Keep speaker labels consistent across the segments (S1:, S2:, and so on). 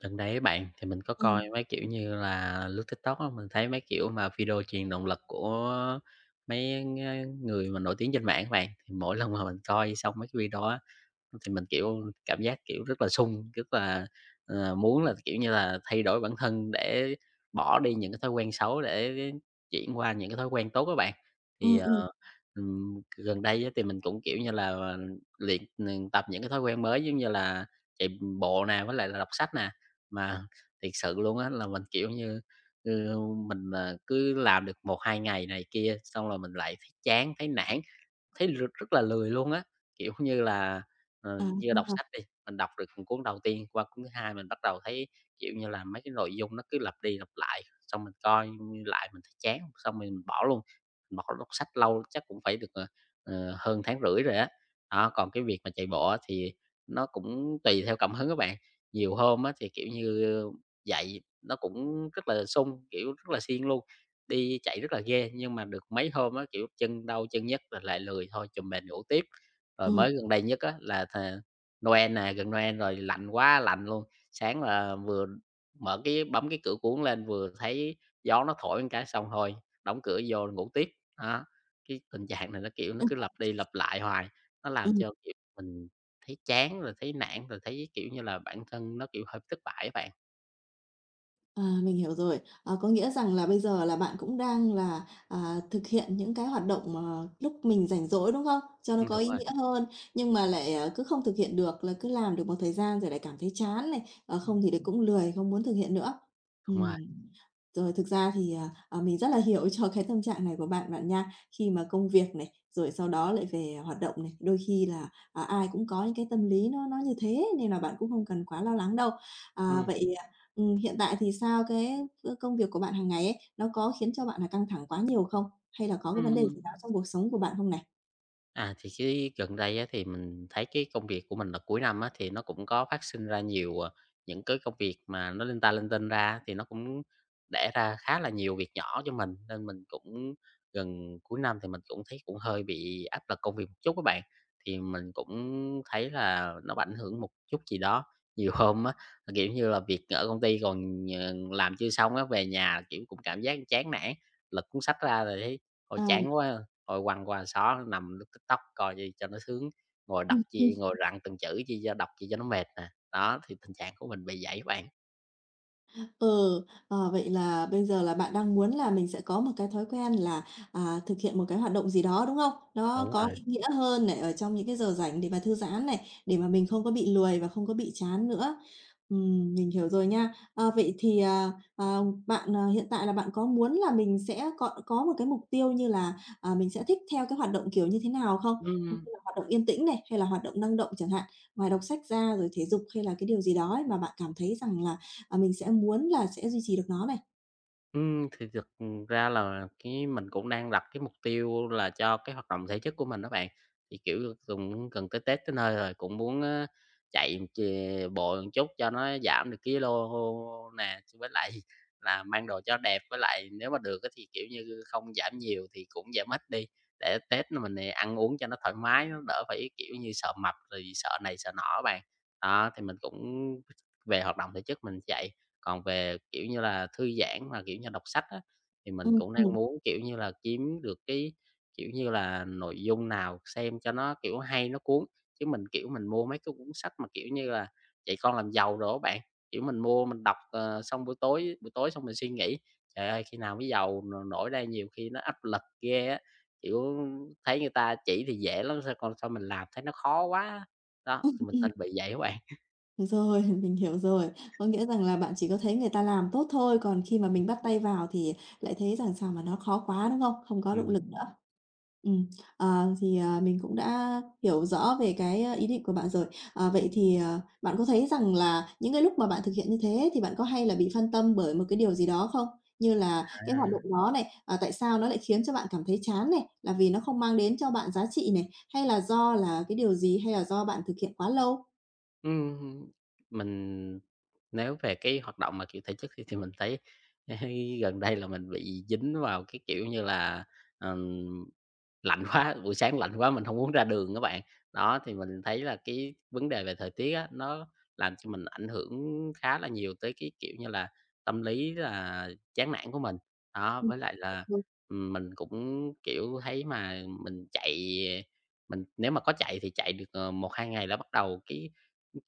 S1: Gần đây á bạn, thì mình có
S2: Ừ,
S1: coi mấy, kiểu như là, lướt TikTok á, mình thấy mấy kiểu mà video truyền động lực của mấy người mà nổi tiếng trên mạng á bạn. Thì mỗi lần mà mình coi xong mấy cái video á, thì mình, kiểu, cảm giác, kiểu, rất là sung, rất là, muốn là, kiểu như là, thay đổi bản thân để bỏ đi những cái thói quen xấu để chuyển qua những cái thói quen tốt các bạn.
S2: ừ,
S1: Thì,
S2: ừ,
S1: gần đây á thì mình cũng, kiểu như là, luyện, tập những cái thói quen mới giống như là chạy bộ nè, với lại là đọc sách nè. Mà thiệt sự luôn á là mình, kiểu như, ừ, mình, cứ làm được một hai ngày này kia xong rồi mình lại thấy chán, thấy nản. Thấy rất là lười luôn á, kiểu như là,
S2: à, ra
S1: như đọc
S2: là
S1: sách đi, mình đọc được cuốn đầu tiên, qua cuốn thứ hai mình bắt đầu thấy, kiểu như là, mấy cái nội dung nó cứ lặp đi lặp lại, xong mình coi lại mình thấy chán, xong mình bỏ luôn. Bỏ đọc sách lâu chắc cũng phải được, hơn tháng rưỡi rồi á. Đó, còn cái việc mà chạy bộ á thì nó cũng tùy theo cảm hứng các bạn, nhiều hôm á thì, kiểu như, dậy nó cũng rất là sung kiểu, rất là siêng luôn. Đi chạy rất là ghê, nhưng mà được mấy hôm á, kiểu, chân đau chân nhức rồi lại lười thôi, chùm mền ngủ tiếp. Rồi
S2: ừ
S1: mới gần đây nhất á là Noel nè, gần Noel rồi lạnh quá lạnh luôn, sáng là vừa mở cái bấm cái cửa cuốn lên vừa thấy gió nó thổi một cái xong thôi, đóng cửa vô ngủ tiếp. Đó, cái tình trạng này nó, kiểu, nó
S2: ưm,
S1: cứ lặp đi lặp lại hoài, nó làm
S2: ừm.
S1: cho, kiểu, mình thấy chán rồi thấy nản, rồi thấy, kiểu như là, bản thân nó, kiểu, hơi thất bại các bạn.
S2: À, mình hiểu rồi. Ờ, có nghĩa rằng là bây giờ là bạn cũng đang là, thực hiện những cái hoạt động, lúc mình rảnh rỗi, đúng không? Cho nó có
S1: Đúng
S2: ý
S1: rồi.
S2: nghĩa hơn, nhưng mà lại, cứ không thực hiện được, là cứ làm được một thời gian rồi lại cảm thấy chán này,
S1: Ừm,
S2: không thì lại cũng lười, không muốn thực hiện nữa.
S1: đúng
S2: Ừm.
S1: rồi.
S2: Rồi thực ra thì, mình rất là hiểu cho cái tâm trạng này của bạn bạn nha. Khi mà công việc này, rồi sau đó lại về hoạt động này, đôi khi là, ai cũng có những cái tâm lý nó như thế nên là bạn cũng không cần quá lo lắng đâu. À,
S1: Ừm.
S2: vậy ừm, hiện tại thì sao? Cái, công việc của bạn hàng ngày ấy, nó có khiến cho bạn là căng thẳng quá nhiều không? Hay là có cái vấn đề
S1: Ừm.
S2: gì đó trong cuộc sống của bạn không này?
S1: À, thì cái gần đây á, thì mình thấy cái công việc của mình là cuối năm á, thì nó cũng có phát sinh ra nhiều, những cái công việc mà nó linh ta linh tinh ra, thì nó cũng đẻ ra khá là nhiều việc nhỏ cho mình, nên mình cũng gần cuối năm thì mình cũng thấy cũng hơi bị áp lực công việc một chút các bạn. Thì mình cũng thấy là nó ảnh hưởng một chút gì đó, nhiều hôm á, là, kiểu như là, việc ở công ty còn, làm chưa xong á, về nhà, kiểu, cũng cảm giác chán nản, lật cuốn sách ra rồi thấy "Ôi,
S2: À.
S1: chán quá!" à. Thôi quăng qua xó nằm lướt TikTok coi chi cho nó sướng, ngồi đọc chi ngồi rặn từng chữ chi cho đọc chi cho nó mệt nè. Đó, thì tình trạng của mình bị vậy á bạn.
S2: Ừ, vậy là bây giờ là bạn đang muốn là mình sẽ có một cái thói quen là, thực hiện một cái hoạt động gì đó, đúng không? Nó
S1: Đúng
S2: có
S1: rồi.
S2: ý nghĩa hơn này, ở trong những cái giờ rảnh để mà thư giãn này, để mà mình không có bị lười và không có bị chán nữa. Mình hiểu rồi nha. Ờ, vậy thì, bạn, hiện tại là bạn có muốn là mình sẽ có một cái mục tiêu như là, mình sẽ thích theo cái hoạt động kiểu như thế nào không? Như
S1: Ừm.
S2: là hoạt động yên tĩnh này, hay là hoạt động năng động chẳng hạn, ngoài đọc sách ra rồi thể dục hay là cái điều gì đó ấy mà bạn cảm thấy rằng là à, mình sẽ muốn là sẽ duy trì được nó này.
S1: Thì thực ra là cái mình cũng đang đặt cái mục tiêu là cho cái hoạt động thể chất của mình đó bạn. Thì, kiểu, cũng gần tới Tết tới nơi rồi, cũng muốn á chạy bộ một chút cho nó giảm được ký lô nè, chứ với lại là mang đồ cho đẹp, với lại nếu mà được á thì, kiểu như, không giảm nhiều thì cũng giảm ít đi, để Tết nó mình, ăn uống cho nó thoải mái, nó đỡ phải, kiểu như, sợ mập rồi sợ này sợ nọ á bạn. Đó, thì mình cũng về hoạt động thể chất mình chạy. Còn về, kiểu như là, thư giãn mà, kiểu như, đọc sách á, thì mình
S2: Ừm,
S1: cũng đang
S2: ừm.
S1: muốn, kiểu như là, kiếm được cái, kiểu như là, nội dung nào xem cho nó, kiểu, hay, nó cuốn. Chứ mình, kiểu, mình mua mấy cái cuốn sách mà, kiểu như là, "Dạy con làm giàu" rồi á bạn, kiểu, mình mua mình đọc, xong buổi tối xong mình suy nghĩ, trời ơi, khi nào mới giàu nổi đây, nhiều khi nó áp lực ghê á, kiểu, thấy người ta chỉ thì dễ lắm, sao mình làm thấy nó khó quá. Đó, thì mình thành bị vậy các bạn.
S2: Rồi, mình hiểu rồi. Có nghĩa rằng là bạn chỉ có thấy người ta làm tốt thôi, còn khi mà mình bắt tay vào thì lại thấy rằng sao mà nó khó quá, đúng không? Không có động
S1: Ừm.
S2: lực nữa. ừ mình cũng đã hiểu rõ về cái, ý định của bạn rồi. Vậy thì, bạn có thấy rằng là những cái lúc mà bạn thực hiện như thế thì bạn có hay là bị phân tâm bởi một cái điều gì đó không? Như là cái hoạt
S1: À.
S2: động đó này, tại sao nó lại khiến cho bạn cảm thấy chán này? Là vì nó không mang đến cho bạn giá trị này, hay là do là cái điều gì, hay là do bạn thực hiện quá lâu?
S1: Ừm, mình nếu về cái hoạt động mà, kiểu, thể chất thì mình thấy gần đây là mình bị dính vào cái, kiểu như là, ừm, lạnh quá, buổi sáng lạnh quá mình không muốn ra đường các bạn. Đó, thì mình thấy là cái vấn đề về thời tiết á, nó làm cho mình ảnh hưởng khá là nhiều tới cái, kiểu như là, tâm lý là chán nản của mình. Đó, với lại là,
S2: Ừm.
S1: mình cũng, kiểu, thấy mà mình chạy mình nếu mà có chạy thì chạy được, 1-2 ngày là bắt đầu cái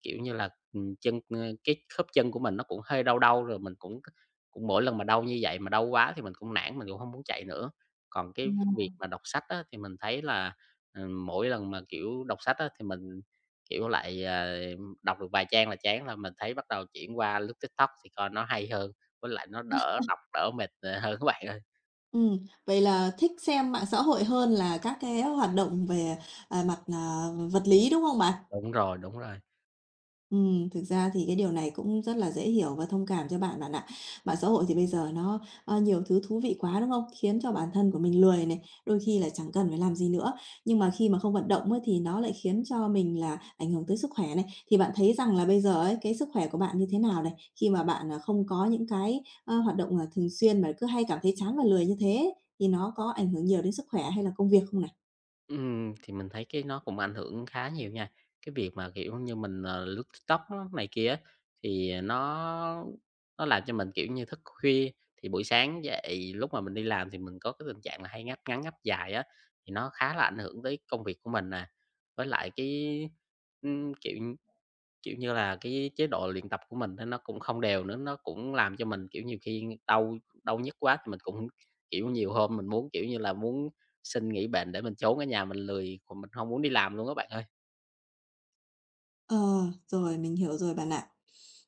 S1: kiểu như là, ừm, chân cái khớp chân của mình nó cũng hơi đau đau, rồi mình cũng cũng mỗi lần mà đau như vậy mà đau quá thì mình cũng nản, mình cũng không muốn chạy nữa. Còn cái việc mà đọc sách á, thì mình thấy là, mỗi lần mà, kiểu, đọc sách á, thì mình, kiểu, lại, đọc được vài trang là chán là mình thấy bắt đầu chuyển qua lướt TikTok thì coi nó hay hơn, với lại nó đỡ đọc đỡ mệt, hơn á bạn ơi.
S2: Ừm, vậy là thích xem mạng xã hội hơn là các cái hoạt động về, mặt, vật lý, đúng không bạn?
S1: Đúng rồi, đúng rồi.
S2: Thực ra thì cái điều này cũng rất là dễ hiểu và thông cảm cho bạn bạn ạ. Mạng xã hội thì bây giờ nó, nhiều thứ thú vị quá, đúng không? Khiến cho bản thân của mình lười này, đôi khi là chẳng cần phải làm gì nữa. Nhưng mà khi mà không vận động ấy, thì nó lại khiến cho mình là ảnh hưởng tới sức khỏe này. Thì bạn thấy rằng là bây giờ ấy, cái sức khỏe của bạn như thế nào này? Khi mà bạn, không có những cái, hoạt động, thường xuyên mà cứ hay cảm thấy chán và lười như thế ấy, thì nó có ảnh hưởng nhiều đến sức khỏe hay là công việc không này?
S1: Thì mình thấy cái nó cũng ảnh hưởng khá nhiều nha. Cái việc mà, kiểu như, mình, lướt TikTok á này kia á, thì nó làm cho mình, kiểu như, thức khuya, thì buổi sáng dậy lúc mà mình đi làm thì mình có cái tình trạng là hay ngáp ngắn, ngáp dài á, thì nó khá là ảnh hưởng tới công việc của mình nè. Với lại cái, kiểu Kiểu như là, cái chế độ luyện tập của mình á nó cũng không đều nữa, nó cũng làm cho mình, kiểu, nhiều khi đau đau nhức quá thì mình cũng, kiểu, nhiều hôm mình muốn, kiểu như là, muốn xin nghỉ bệnh để mình trốn ở nhà mình lười, còn mình không muốn đi làm luôn các bạn ơi.
S2: Ờ, rồi, mình hiểu rồi bạn ạ.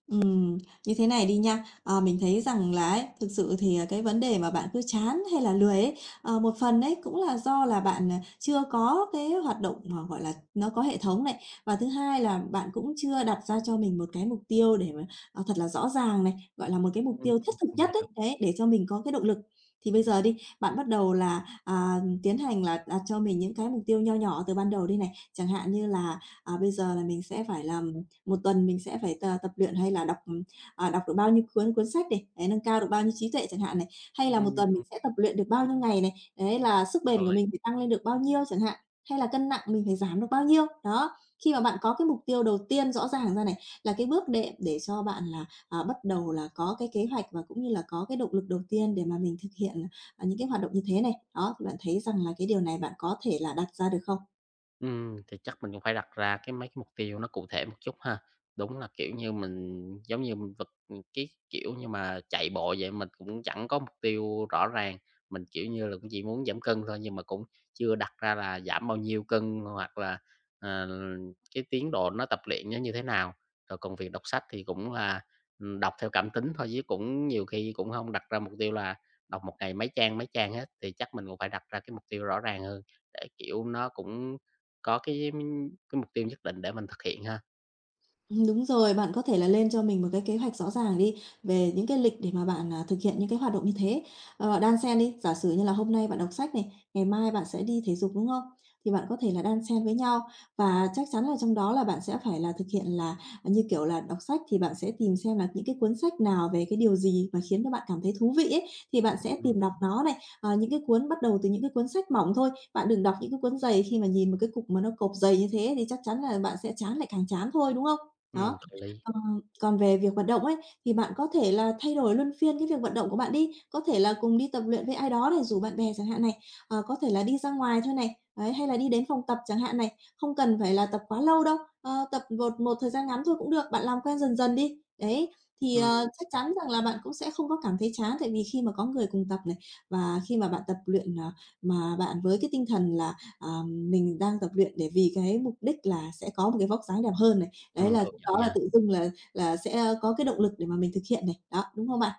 S2: Ừm, như thế này đi nha, mình thấy rằng là ấy, thực sự thì, cái vấn đề mà bạn cứ chán hay là lười ấy, một phần ấy cũng là do là bạn, chưa có cái hoạt động mà, gọi là, nó có hệ thống này, và thứ hai là bạn cũng chưa đặt ra cho mình một cái mục tiêu để mà, thật là rõ ràng này, gọi là, một cái
S1: Ừm,
S2: mục tiêu thiết thực
S1: mình
S2: nhất ấy,
S1: hiểu.
S2: đấy, để cho mình có cái động lực. Thì bây giờ đi, bạn bắt đầu là, tiến hành là đặt cho mình những cái mục tiêu nho nhỏ từ ban đầu đi này, chẳng hạn như là, bây giờ là mình sẽ phải làm một tuần mình sẽ phải tập luyện hay là đọc, đọc được bao nhiêu cuốn cuốn sách này, đấy, nâng cao được bao nhiêu trí tuệ chẳng hạn này, hay là một
S1: Ừm,
S2: tuần mình sẽ tập luyện được bao nhiêu ngày này, đấy, là sức bền
S1: rồi.
S2: của mình phải tăng lên được bao nhiêu chẳng hạn, hay là cân nặng mình phải giảm được bao nhiêu. Đó, khi mà bạn có cái mục tiêu đầu tiên rõ ràng ra này, là cái bước đệm để cho bạn là, bắt đầu là có cái kế hoạch và cũng như là có cái động lực đầu tiên để mà mình thực hiện, những cái hoạt động như thế này. Đó, thì bạn thấy rằng là cái điều này bạn có thể là đặt ra được không?
S1: Thì chắc mình cũng phải đặt ra cái mấy cái mục tiêu nó cụ thể một chút ha. Đúng là, kiểu như, mình giống như mình vật cái kiểu như mà chạy bộ vậy mình cũng chẳng có mục tiêu rõ ràng, mình, kiểu như là, cũng chỉ muốn giảm cân thôi nhưng mà cũng chưa đặt ra là giảm bao nhiêu cân hoặc là, ờ, cái tiến độ nó tập luyện nó như thế nào. Rồi còn việc đọc sách thì cũng là, đọc theo cảm tính thôi chứ cũng nhiều khi cũng không đặt ra mục tiêu là đọc một ngày mấy trang hết, thì chắc mình cũng phải đặt ra cái mục tiêu rõ ràng hơn để, kiểu, nó cũng có cái mục tiêu nhất định để mình thực hiện ha.
S2: Đúng rồi, bạn có thể là lên cho mình một cái kế hoạch rõ ràng đi về những cái lịch để mà bạn, thực hiện những cái hoạt động như thế. Ờ, đan xen đi, giả sử như là hôm nay bạn đọc sách này, ngày mai bạn sẽ đi thể dục, đúng không? Thì bạn có thể là đan xen với nhau và chắc chắn là trong đó là bạn sẽ phải là thực hiện là, như kiểu là, đọc sách thì bạn sẽ tìm xem là những cái cuốn sách nào về cái điều gì mà khiến cho bạn cảm thấy thú vị ấy, thì bạn sẽ
S1: Ừm,
S2: tìm đọc nó này. Ờ, những cái cuốn bắt đầu từ những cái cuốn sách mỏng thôi, bạn đừng đọc những cái cuốn dày khi mà nhìn một cái cục mà nó cộp dày như thế thì chắc chắn là bạn sẽ chán lại càng chán thôi, đúng không? Đó,
S1: có lý.
S2: ờ, còn về việc vận động ấy, thì bạn có thể là thay đổi luân phiên cái việc vận động của bạn đi, có thể là cùng đi tập luyện với ai đó này, rủ bạn bè chẳng hạn này, có thể là đi ra ngoài thôi này, đấy, hay là đi đến phòng tập chẳng hạn này, không cần phải là tập quá lâu đâu, tập một một thời gian ngắn thôi cũng được, bạn làm quen dần dần đi. Đấy, thì,
S1: Ừm,
S2: chắc chắn rằng là bạn cũng sẽ không có cảm thấy chán, tại vì khi mà có người cùng tập này, và khi mà bạn tập luyện, mà bạn với cái tinh thần là à, mình đang tập luyện để vì cái mục đích là sẽ có một cái vóc dáng đẹp hơn này, đấy là
S1: công
S2: lúc
S1: nhận
S2: đó là
S1: nha.
S2: tự dưng là sẽ có cái động lực để mà mình thực hiện này, đó, đúng không bạn?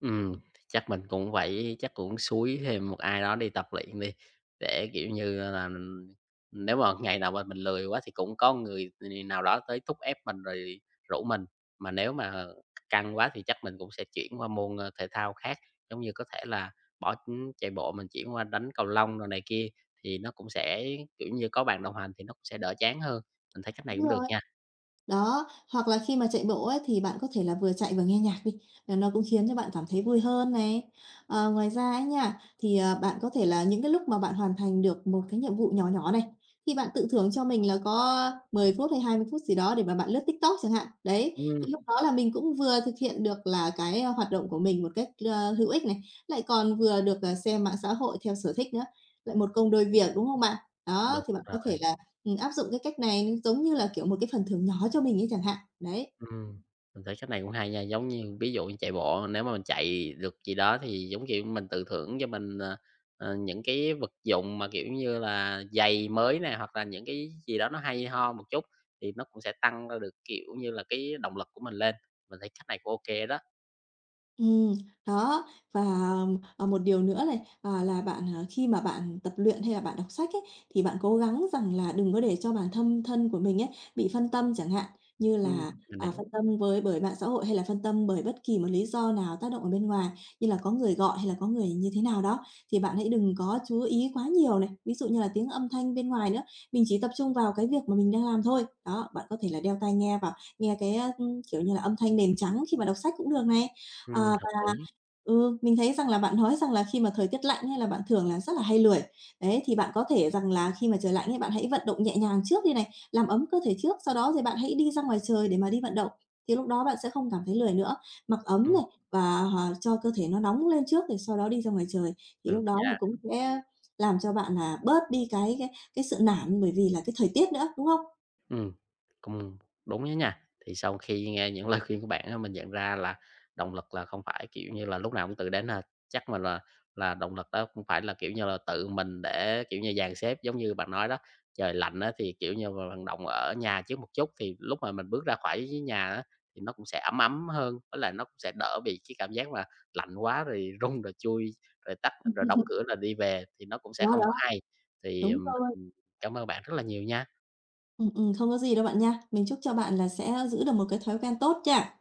S1: Ừm, chắc mình cũng phải chắc cũng xúi thêm một ai đó đi tập luyện đi, để, kiểu như là, mình nếu mà ngày nào mà mình lười quá thì cũng có người nào đó tới thúc ép mình rồi rủ mình. Mà nếu mà căng quá thì chắc mình cũng sẽ chuyển qua môn, thể thao khác, giống như có thể là bỏ, chạy bộ mình chuyển qua đánh cầu lông rồi này kia, thì nó cũng sẽ, kiểu như, có bạn đồng hành thì nó cũng sẽ đỡ chán hơn. Mình thấy cách này
S2: Đúng
S1: cũng được
S2: rồi.
S1: nha.
S2: Đó, hoặc là khi mà chạy bộ ấy, thì bạn có thể là vừa chạy vừa nghe nhạc đi, là nó cũng khiến cho bạn cảm thấy vui hơn này. Ờ, ngoài ra ấy nha, thì, bạn có thể là những cái lúc mà bạn hoàn thành được một cái nhiệm vụ nhỏ nhỏ này, thì bạn tự thưởng cho mình là có 10 phút hay 20 phút gì đó để mà bạn lướt TikTok chẳng hạn. Đấy,
S1: Ừm,
S2: thì lúc đó là mình cũng vừa thực hiện được là cái, hoạt động của mình một cách, hữu ích này, lại còn vừa được, xem mạng xã hội theo sở thích nữa, lại một công đôi việc, đúng không bạn? Đó,
S1: đúng
S2: thì bạn có
S1: rồi.
S2: thể là áp dụng cái cách này giống như là, kiểu, một cái phần thưởng nhỏ cho mình ấy chẳng hạn. Đấy,
S1: Ừm, mình thấy cách này cũng hay nha, giống như ví dụ như chạy bộ, nếu mà mình chạy được gì đó thì giống kiểu mình tự thưởng cho mình, những cái vật dụng mà, kiểu như là, giày mới nè, hoặc là những cái gì đó nó hay ho một chút, thì nó cũng sẽ tăng ra được, kiểu như là, cái động lực của mình lên. Mình thấy cách này cũng ô đó.
S2: ừ đó, và, một điều nữa này, là bạn, khi mà bạn tập luyện hay là bạn đọc sách ấy, thì bạn cố gắng rằng là đừng có để cho bản thân thân của mình ấy bị phân tâm chẳng hạn, như
S1: Ừm.
S2: là,
S1: Mình hiểu,
S2: phân tâm với bởi mạng xã hội hay là phân tâm bởi bất kỳ một lý do nào tác động ở bên ngoài, như là có người gọi hay là có người như thế nào đó, thì bạn hãy đừng có chú ý quá nhiều này, ví dụ như là tiếng âm thanh bên ngoài nữa, mình chỉ tập trung vào cái việc mà mình đang làm thôi. Đó, bạn có thể là đeo tai nghe vào, nghe cái, kiểu như là, âm thanh nền trắng khi mà đọc sách cũng được này. À
S1: hợp lý,
S2: Ừ, mình thấy rằng là bạn nói rằng là khi mà thời tiết lạnh hay là bạn thường là rất là hay lười. Đấy, thì bạn có thể rằng là khi mà trời lạnh ấy, bạn hãy vận động nhẹ nhàng trước đi này, làm ấm cơ thể trước, sau đó rồi bạn hãy đi ra ngoài trời để mà đi vận động. Thì lúc đó bạn sẽ không cảm thấy lười nữa. Mặc ấm
S1: ừm,
S2: này và hòa cho cơ thể nó nóng lên trước rồi sau đó đi ra ngoài trời. Thì
S1: được
S2: lúc đó là
S1: nha.
S2: cũng sẽ làm cho bạn là bớt đi cái sự nản bởi vì là cái thời tiết nữa, đúng không?
S1: Ừm, cũng đúng đó nha. Thì sau khi nghe những lời khuyên của bạn á, mình nhận ra là động lực là không phải, kiểu như là, lúc nào cũng tự đến ha. Chắc mà là động lực đó cũng phải là, kiểu như là, tự mình để, kiểu như, dàn xếp giống như bạn nói đó, trời lạnh á thì, kiểu như, là vận động ở nhà trước một chút, thì lúc mà mình bước ra khỏi cái nhà á thì nó cũng sẽ ấm ấm hơn, với lại nó cũng sẽ đỡ bị cái cảm giác mà lạnh quá rồi run, rồi chui, rồi tắt, rồi đóng cửa rồi đi về thì nó cũng sẽ
S2: Đó,
S1: không có
S2: đó,
S1: hay. Thì,
S2: đúng rồi.
S1: cảm ơn bạn rất là nhiều nha.
S2: Không có gì đâu bạn nha. Mình chúc cho bạn là sẽ giữ được một cái thói quen tốt nha.